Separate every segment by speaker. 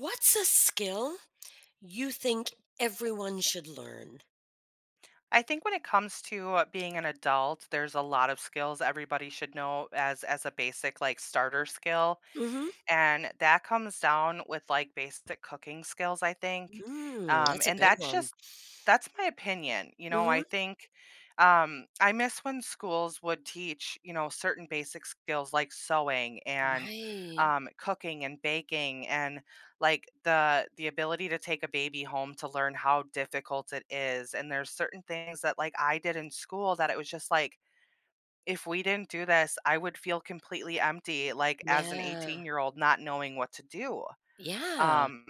Speaker 1: What's a skill you think everyone should learn?
Speaker 2: I think when it comes to being an adult, there's a lot of skills everybody should know as a basic like starter skill,
Speaker 1: Mhm.
Speaker 2: and that comes down with like basic cooking skills, I think,
Speaker 1: Mm, that's a
Speaker 2: and
Speaker 1: good
Speaker 2: that's
Speaker 1: one.
Speaker 2: just that's my opinion. You know, I
Speaker 1: Mhm.
Speaker 2: think I miss when schools would teach, you know, certain basic skills like sewing and
Speaker 1: Right.
Speaker 2: cooking and baking and like the ability to take a baby home to learn how difficult it is. And there's certain things that like I did in school that it was just like, if we didn't do this, I would feel completely empty, like as an 18-year-old
Speaker 1: Yeah.
Speaker 2: year old, not knowing what to do.
Speaker 1: Yeah.
Speaker 2: Um,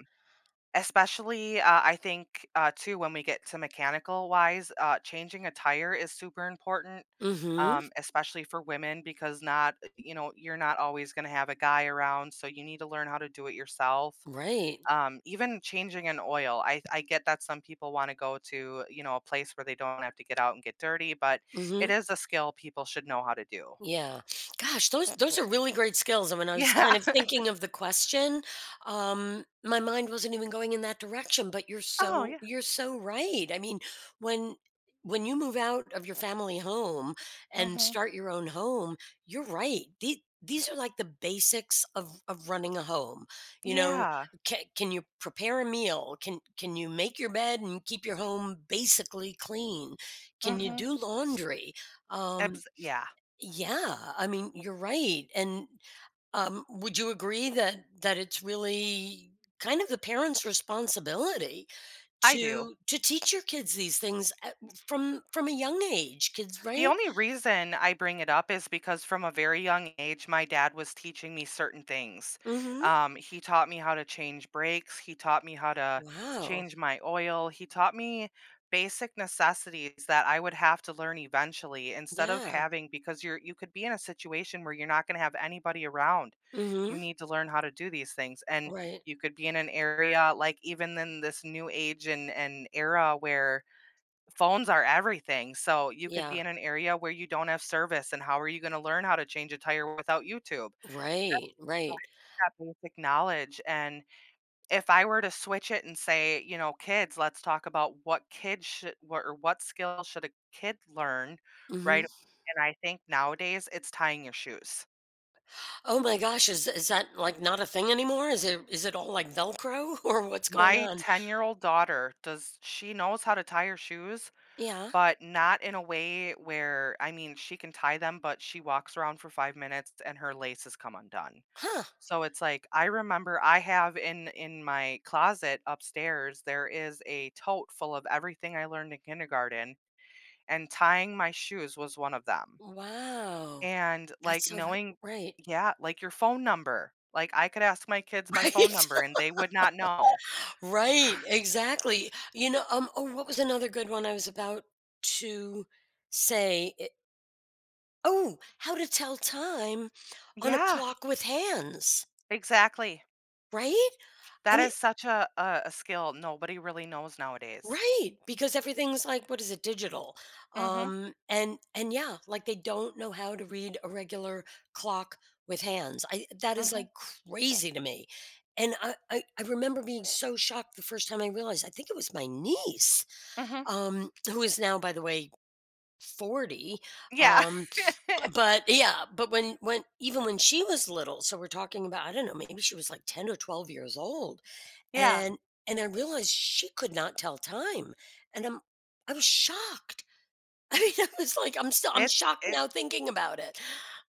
Speaker 2: Especially, I think, too, when we get to mechanical wise, changing a tire is super important,
Speaker 1: Mhm.
Speaker 2: especially for women because not, you know, you're not always going to have a guy around, so you need to learn how to do it yourself.
Speaker 1: Right.
Speaker 2: Even changing an oil, I get that some people want to go to, you know, a place where they don't have to get out and get dirty, but it
Speaker 1: Mhm.
Speaker 2: is a skill people should know how to do.
Speaker 1: Yeah. Gosh, those are really great skills, and when I was
Speaker 2: Yeah.
Speaker 1: kind of thinking of the question, my mind wasn't even going in that direction, but
Speaker 2: Oh yeah.
Speaker 1: you're so right. I mean, when when you move out of your family home and
Speaker 2: Mhm.
Speaker 1: start your own home, you're right. These are like the basics of running a home. You know,
Speaker 2: Yeah.
Speaker 1: can you prepare a meal? Can you make your bed and keep your home basically clean? Can you
Speaker 2: Mhm.
Speaker 1: do laundry? Um,
Speaker 2: Yeah.
Speaker 1: yeah, I mean, you're right. And would you agree that it's really kind of the parents' responsibility
Speaker 2: I do.
Speaker 1: to teach your kids these things from a young age? Kids,
Speaker 2: The
Speaker 1: right?
Speaker 2: only reason I bring it up is because from a very young age, my dad was teaching me certain things.
Speaker 1: Mm-hmm.
Speaker 2: He taught me how to change brakes. He taught me how to
Speaker 1: Wow.
Speaker 2: change my oil. He taught me basic necessities that I would have to learn eventually instead of
Speaker 1: Yeah.
Speaker 2: having because you could be in a situation where you're not going to have anybody around. You
Speaker 1: Mm-hmm.
Speaker 2: need to learn how to do these things and
Speaker 1: Right.
Speaker 2: you could be in an area like even in this new age and era where phones are everything, so you could be
Speaker 1: Yeah.
Speaker 2: in an area where you don't have service, and how are you gonna learn how to change a tire without YouTube?
Speaker 1: Right. Right.
Speaker 2: That basic knowledge, and if I were to switch it and say, you know, "Kids, let's talk about what kids should what or what skill should a kid learn," right?
Speaker 1: Mm-hmm.
Speaker 2: And I think nowadays it's tying your shoes.
Speaker 1: Oh my gosh, is that like not a thing anymore? Is it all like Velcro or what's going
Speaker 2: My
Speaker 1: on?
Speaker 2: 10-year-old daughter does she knows how to tie her shoes,
Speaker 1: Yeah.
Speaker 2: but not in a way where I mean, she can tie them, but she walks around for 5 minutes and her laces come undone.
Speaker 1: Huh.
Speaker 2: So it's like I remember I have in my closet upstairs there is a tote full of everything I learned in kindergarten and tying my shoes was one of them.
Speaker 1: Wow.
Speaker 2: And
Speaker 1: That's
Speaker 2: like
Speaker 1: so
Speaker 2: knowing
Speaker 1: right.
Speaker 2: yeah, like your phone number. Like I could ask my kids my phone
Speaker 1: Right?
Speaker 2: number and they would not know.
Speaker 1: Right, exactly. You know, oh, what was another good one I was about to say? Oh, how to tell time on a
Speaker 2: Yeah,
Speaker 1: clock with hands,
Speaker 2: exactly.
Speaker 1: right? I
Speaker 2: That
Speaker 1: mean,
Speaker 2: is such a skill nobody really knows nowadays.
Speaker 1: right, because everything's like, what is it, digital?
Speaker 2: Mhm.
Speaker 1: And yeah, like they don't know how to read a regular clock with hands. I That is
Speaker 2: Mhm.
Speaker 1: like crazy to me. And I remember being so shocked the first time I realized, I think it was my niece
Speaker 2: Mhm.
Speaker 1: who is now, by the way, 40.
Speaker 2: Yeah.
Speaker 1: Um, but yeah, but when even when she was little, so we're talking about I don't know, maybe she was like 10 or 12 years old,
Speaker 2: Yeah.
Speaker 1: and I realized she could not tell time, and I was shocked. I mean, I was like, I'm
Speaker 2: It's
Speaker 1: shocked
Speaker 2: it.
Speaker 1: now thinking about it.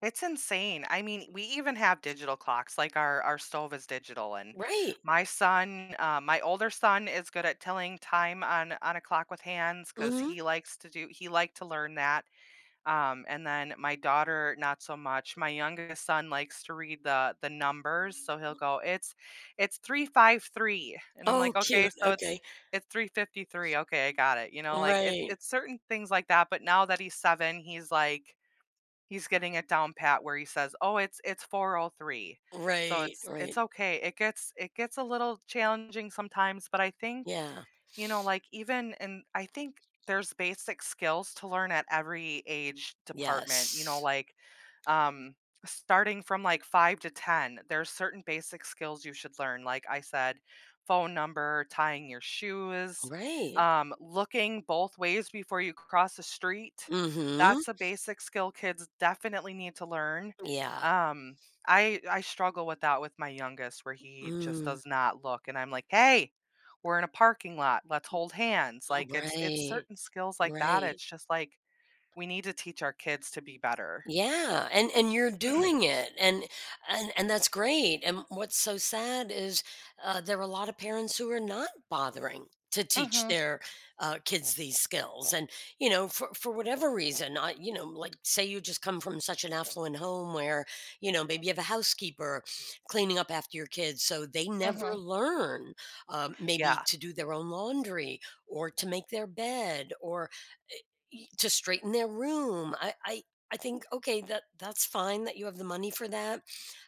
Speaker 2: It's insane. I mean, we even have digital clocks, like our stove is digital, and
Speaker 1: Right.
Speaker 2: my older son is good at telling time on a clock with hands because
Speaker 1: Hmm.
Speaker 2: he liked to learn that. And then my daughter, not so much. My youngest son likes to read the numbers, so he'll go, "It's 3:53," and I'm
Speaker 1: Oh,
Speaker 2: like, "Okay,
Speaker 1: cute.
Speaker 2: so it's
Speaker 1: Okay.
Speaker 2: 3:53. Okay, I got it." You know, like it's
Speaker 1: Right.
Speaker 2: certain things like that. But now that he's seven, He's getting it down pat where he says, "Oh, it's 4:03." So
Speaker 1: Right.
Speaker 2: it's
Speaker 1: Right.
Speaker 2: okay. It gets a little challenging sometimes, but I think
Speaker 1: Yeah.
Speaker 2: you know, like even and I think there's basic skills to learn at every age department, you know,
Speaker 1: Yes.
Speaker 2: like um starting from like 5 to 10, there's certain basic skills you should learn. Like I said, phone number, tying your shoes,
Speaker 1: Right.
Speaker 2: looking both ways before you cross the street.
Speaker 1: Mm-hmm.
Speaker 2: That's a basic skill kids definitely need to learn.
Speaker 1: Yeah.
Speaker 2: Um I struggle with that with my youngest where he just
Speaker 1: Mm.
Speaker 2: does not look and I'm like, "Hey, we're in a parking lot, let's hold hands, like, it's
Speaker 1: Right,
Speaker 2: certain skills like that,
Speaker 1: right.
Speaker 2: it's just like, we need to teach our kids to be better."
Speaker 1: Yeah, and you're doing it, and and that's great, and what's so sad is, there are a lot of parents who are not bothering to teach
Speaker 2: Mhm,
Speaker 1: their, kids these skills, and, you know, for whatever reason, I you know, like, say you just come from such an affluent home where, you know, maybe you have a housekeeper cleaning up after your kids, so they never
Speaker 2: mhm.
Speaker 1: learn, maybe
Speaker 2: Yeah,
Speaker 1: to do their own laundry or to make their bed or to straighten their room. I think okay that that's fine that you have the money for that,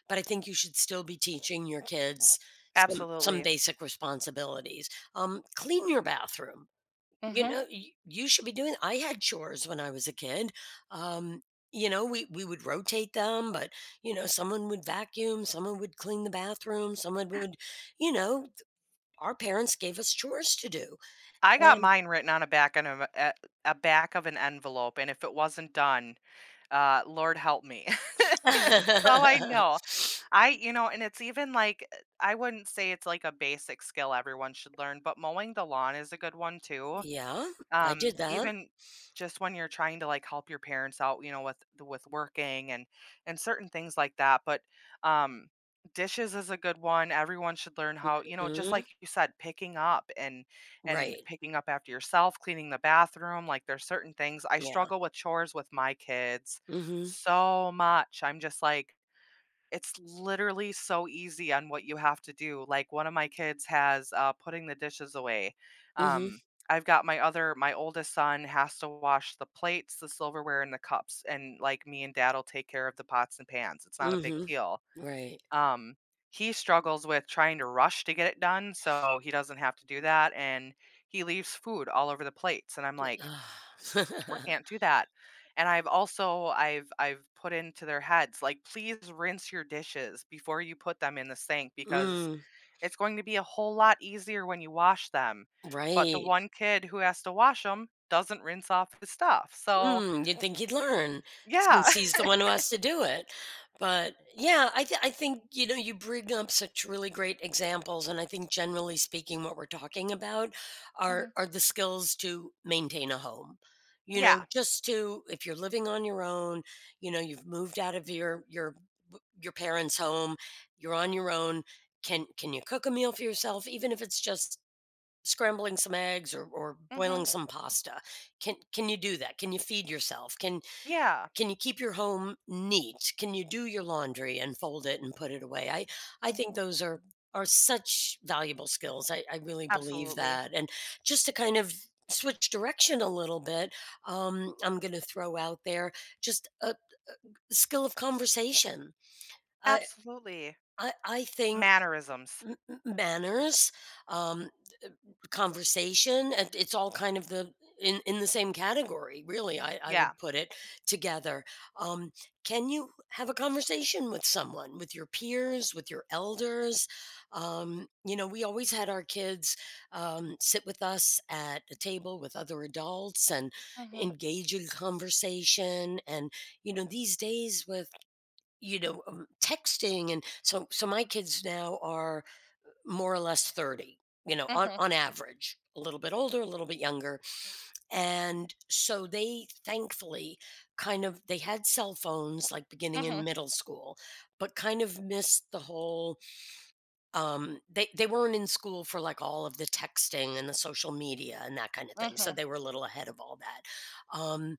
Speaker 1: but I think you should still be teaching your kids some
Speaker 2: absolutely.
Speaker 1: basic responsibilities. Clean your bathroom. You
Speaker 2: Mhm.
Speaker 1: know, you should be doing. I had chores when I was a kid. Um, you know, we would rotate them, but you know, someone would vacuum, someone would clean the bathroom, someone would, you know, our parents gave us chores to do,
Speaker 2: I got
Speaker 1: and
Speaker 2: mine written on a back of an envelope, and if it wasn't done, Lord help me. That's all I know. And it's even like, I wouldn't say it's like a basic skill everyone should learn, but mowing the lawn is a good one too.
Speaker 1: yeah, I
Speaker 2: Um,
Speaker 1: did that.
Speaker 2: even just when you're trying to like help your parents out, you know, with the with working and certain things like that. But um dishes is a good one. Everyone should learn how, you know, just like
Speaker 1: Mhm.
Speaker 2: you said, picking up and
Speaker 1: Right.
Speaker 2: picking up after yourself, cleaning the bathroom, like there's certain things. I
Speaker 1: Yeah.
Speaker 2: struggle with chores with my kids
Speaker 1: Mhm.
Speaker 2: so much. I'm just like it's literally so easy on what you have to do. Like, one of my kids has, putting the dishes away.
Speaker 1: Mhm.
Speaker 2: Um, I've got my oldest son has to wash the plates, the silverware, and the cups, and, like, me and dad will take care of the pots and pans. It's not a big
Speaker 1: Mhm.
Speaker 2: deal.
Speaker 1: Right.
Speaker 2: Um, he struggles with trying to rush to get it done, so he doesn't have to do that, and he leaves food all over the plates, and I'm like,
Speaker 1: Ah.
Speaker 2: we can't do that. And I've put into their heads like please rinse your dishes before you put them in the sink because
Speaker 1: Mm.
Speaker 2: it's going to be a whole lot easier when you wash them. But the
Speaker 1: Right.
Speaker 2: one kid who has to wash them doesn't rinse off his stuff. So,
Speaker 1: Mm, you'd think he'd learn
Speaker 2: yeah.
Speaker 1: since he's the one who has to do it. But yeah, I think, you know, you bring up such really great examples. And I think generally speaking, what we're talking about
Speaker 2: Mhm.
Speaker 1: are the skills to maintain a home. You know,
Speaker 2: Yeah.
Speaker 1: just to, if you're living on your own, you know, you've moved out of your parents' home, you're on your own. Can you cook a meal for yourself? Even if it's just scrambling some eggs or
Speaker 2: Mhm.
Speaker 1: boiling some pasta, can you do that? Can you feed yourself? Can
Speaker 2: Yeah.
Speaker 1: can you keep your home neat? Can you do your laundry and fold it and put it away? I think
Speaker 2: Mhm.
Speaker 1: those are such valuable skills. I really believe
Speaker 2: Absolutely.
Speaker 1: that. And just to kind of switch direction a little bit, I'm going to throw out there just a skill of conversation. i
Speaker 2: Absolutely.
Speaker 1: I think
Speaker 2: Mannerisms.
Speaker 1: manners, um, conversation, and it's all kind of the in the same category, really, I
Speaker 2: Yeah.
Speaker 1: would put it together. Um, can you have a conversation with someone, with your peers, with your elders? You know, we always had our kids sit with us at a table with other adults and
Speaker 2: Mhm.
Speaker 1: engage in conversation. And you know, these days with texting, and so my kids now are more or less 30, you know,
Speaker 2: Mhm.
Speaker 1: on average, a little bit older, a little bit younger. And so they thankfully kind of they had cell phones like beginning
Speaker 2: Mhm.
Speaker 1: in middle school, but kind of missed the whole they weren't in school for like all of the texting and the social media and that kind of thing. So
Speaker 2: Mhm.
Speaker 1: they were a little ahead of all that. Um,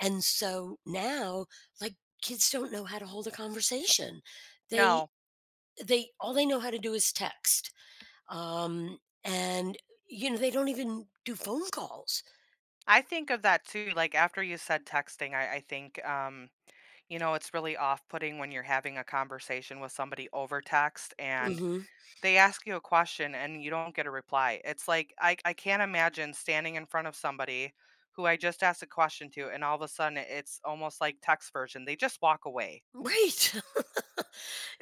Speaker 1: and so now like kids don't know how to hold a conversation. They
Speaker 2: No.
Speaker 1: they all they know how to do is text, um, and, you know, they don't even do phone calls.
Speaker 2: I think of that too. Like after you said texting, I think it's really off putting when you're having a conversation with somebody over text and
Speaker 1: Hmm.
Speaker 2: they ask you a question and you don't get a reply. It's like, I can't imagine standing in front of somebody who I just asked a question to, and all of a sudden it's almost like text version. They just walk away.
Speaker 1: Right.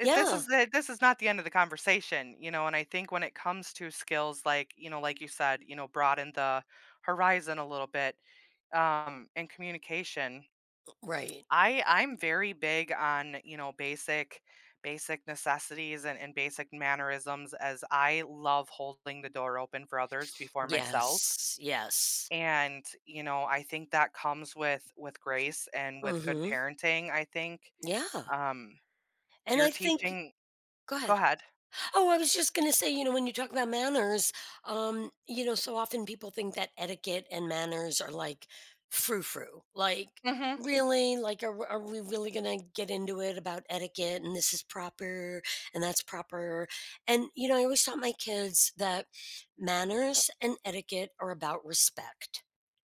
Speaker 2: this
Speaker 1: Yeah.
Speaker 2: is the, this is not the end of the conversation. And I think when it comes to skills like like you said, broaden the horizon a little bit and communication.
Speaker 1: Right.
Speaker 2: I'm very big on, basic necessities and basic mannerisms as I love holding the door open for others before myself.
Speaker 1: Yes. Yes.
Speaker 2: And, you know, I think that comes with grace and with good
Speaker 1: Hmm.
Speaker 2: parenting, I think.
Speaker 1: Yeah.
Speaker 2: Um
Speaker 1: And
Speaker 2: you're
Speaker 1: I think,
Speaker 2: teaching
Speaker 1: go
Speaker 2: go
Speaker 1: ahead.
Speaker 2: ahead.
Speaker 1: Oh, I was just going to say, you know, when you talk about manners, you know, so often people think that etiquette and manners are like frou frou. Like,
Speaker 2: Mhm.
Speaker 1: really? Like, are we really going to get into it about etiquette and this is proper and that's proper? And, you know, I always taught my kids that manners and etiquette are about respect.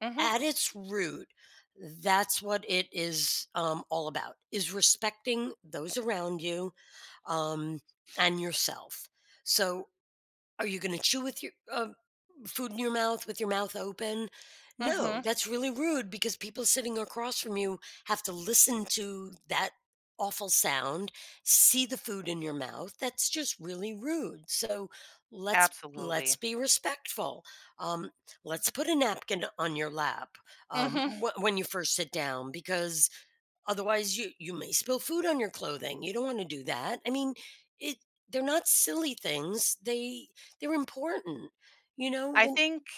Speaker 2: Mhm.
Speaker 1: At its root, that's what it is all about, is respecting those around you um, and yourself. So, are you going to chew with your food in your mouth with your mouth open? No,
Speaker 2: Mhm.
Speaker 1: that's really rude because people sitting across from you have to listen to that awful sound, see the food in your mouth. That's just really rude. So, let's let's
Speaker 2: Absolutely.
Speaker 1: be respectful. Um, let's put a napkin on your lap
Speaker 2: Mhm.
Speaker 1: when you first sit down because otherwise, you may spill food on your clothing. You don't want to do that. I mean, it they're not silly things. They're important. You know,
Speaker 2: I
Speaker 1: when
Speaker 2: think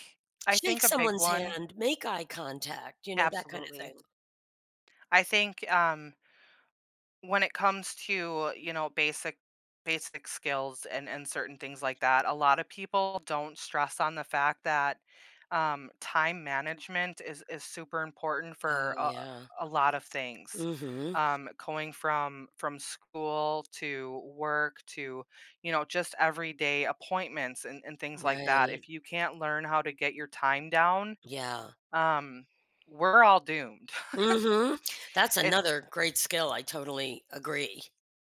Speaker 2: I think
Speaker 1: shake
Speaker 2: a big
Speaker 1: someone's
Speaker 2: one,
Speaker 1: hand, make eye contact, you know, that kind of
Speaker 2: absolutely.
Speaker 1: thing.
Speaker 2: I think when it comes to, you know, basic skills and certain things like that, a lot of people don't stress on the fact that time management is super important for
Speaker 1: Oh yeah.
Speaker 2: a lot of things.
Speaker 1: Mm. Mhm.
Speaker 2: Going from school to work to just everyday appointments and things like that
Speaker 1: Right.
Speaker 2: if you can't learn how to get your time down
Speaker 1: Yeah.
Speaker 2: um, we're all doomed.
Speaker 1: Mm. Mhm. That's
Speaker 2: it's
Speaker 1: another great skill. I totally agree.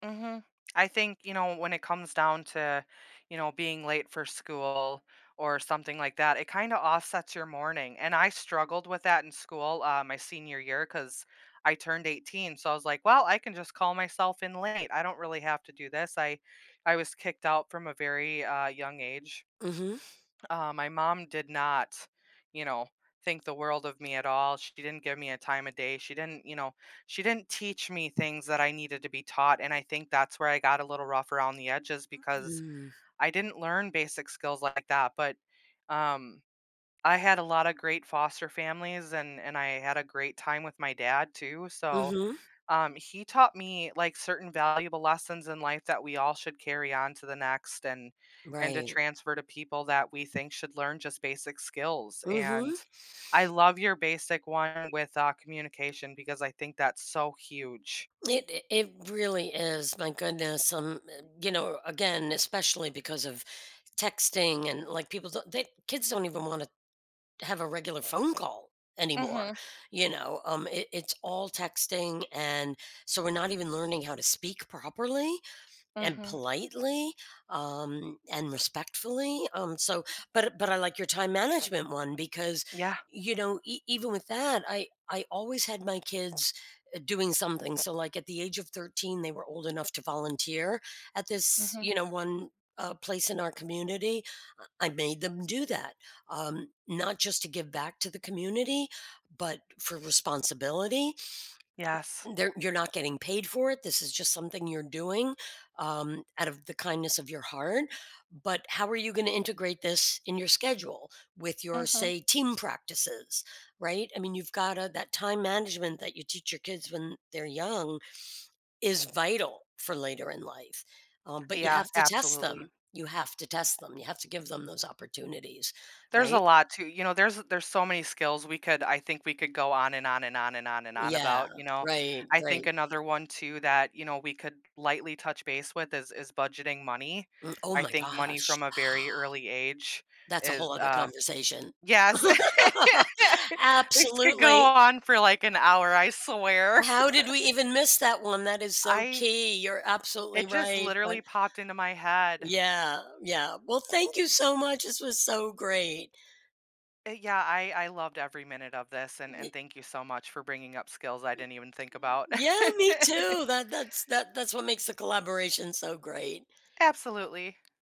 Speaker 2: hmm I think, you know, when it comes down to, you know, being late for school or something like that, it kind of offsets your morning. And I struggled with that in school my senior year because I turned 18. So I was like, well, I can just call myself in late. I don't really have to do this. I was kicked out from a very young age
Speaker 1: Mm. Mhm.
Speaker 2: my mom did not, you know, think the world of me at all. She didn't give me a time of day. She didn't teach me things that I needed to be taught. And I think that's where I got a little rough around the edges because
Speaker 1: Mm.
Speaker 2: I didn't learn basic skills like that. But um, I had a lot of great foster families and I had a great time with my dad too. So
Speaker 1: Mhm.
Speaker 2: he taught me like certain valuable lessons in life that we all should carry on to the next and to
Speaker 1: Right.
Speaker 2: transfer to people that we think should learn just basic skills.
Speaker 1: Mm.
Speaker 2: And
Speaker 1: Mhm.
Speaker 2: I love your basic one with communication because I think that's so huge.
Speaker 1: It really is. My goodness. Um, you know, again, especially because of texting and, like, people don't they kids don't even wanna have a regular phone call
Speaker 2: Mm.
Speaker 1: anymore,
Speaker 2: Mhm.
Speaker 1: you know? It it's all texting, and so we're not even learning how to speak properly
Speaker 2: Mm.
Speaker 1: and
Speaker 2: Mhm.
Speaker 1: politely, and respectfully, so but I like your time management one because,
Speaker 2: Yeah.
Speaker 1: you know, e even with that, I always had my kids, doing something, so, like, at the age of 13, they were old enough to volunteer at
Speaker 2: Mm.
Speaker 1: this,
Speaker 2: Mhm.
Speaker 1: you know, one, place in our community. Uh, I made them do that, not just to give back to the community, but for responsibility,
Speaker 2: Yes.
Speaker 1: there you're not getting paid for it, this is just something you're doing, out of the kindness of your heart, but how are you gonna integrate this in your schedule with
Speaker 2: Mm.
Speaker 1: your,
Speaker 2: Mhm.
Speaker 1: say, team practices, right? I mean, you've gotta that time management that you teach your kids when they're young is vital for later in life, but you
Speaker 2: Yeah,
Speaker 1: have to test
Speaker 2: absolutely.
Speaker 1: them. You have to test them, you have to give them those opportunities,
Speaker 2: There's a
Speaker 1: right?
Speaker 2: lot to, you know, there's so many skills we could go on and on and on and on and on
Speaker 1: Yeah,
Speaker 2: about, you know?
Speaker 1: right,
Speaker 2: I
Speaker 1: right.
Speaker 2: think another one too that, you know, we could lightly touch base with is budgeting money.
Speaker 1: Mm, oh
Speaker 2: I
Speaker 1: my
Speaker 2: think money
Speaker 1: gosh.
Speaker 2: from a very early age
Speaker 1: That's a
Speaker 2: is,
Speaker 1: whole other
Speaker 2: uh
Speaker 1: conversation.
Speaker 2: Yes. This could go
Speaker 1: Absolutely.
Speaker 2: on for, like, an hour, I swear.
Speaker 1: How did we even miss that one? That is so
Speaker 2: I
Speaker 1: key. You're
Speaker 2: It
Speaker 1: absolutely
Speaker 2: just
Speaker 1: right, but
Speaker 2: literally popped into my head.
Speaker 1: yeah, yeah. Well, thank you so much. This was so great.
Speaker 2: Yeah, I loved every minute of this and
Speaker 1: Y
Speaker 2: thank you so much for bringing up skills I didn't even think about.
Speaker 1: Yeah, me too. That that's what makes the collaboration so great.
Speaker 2: Absolutely.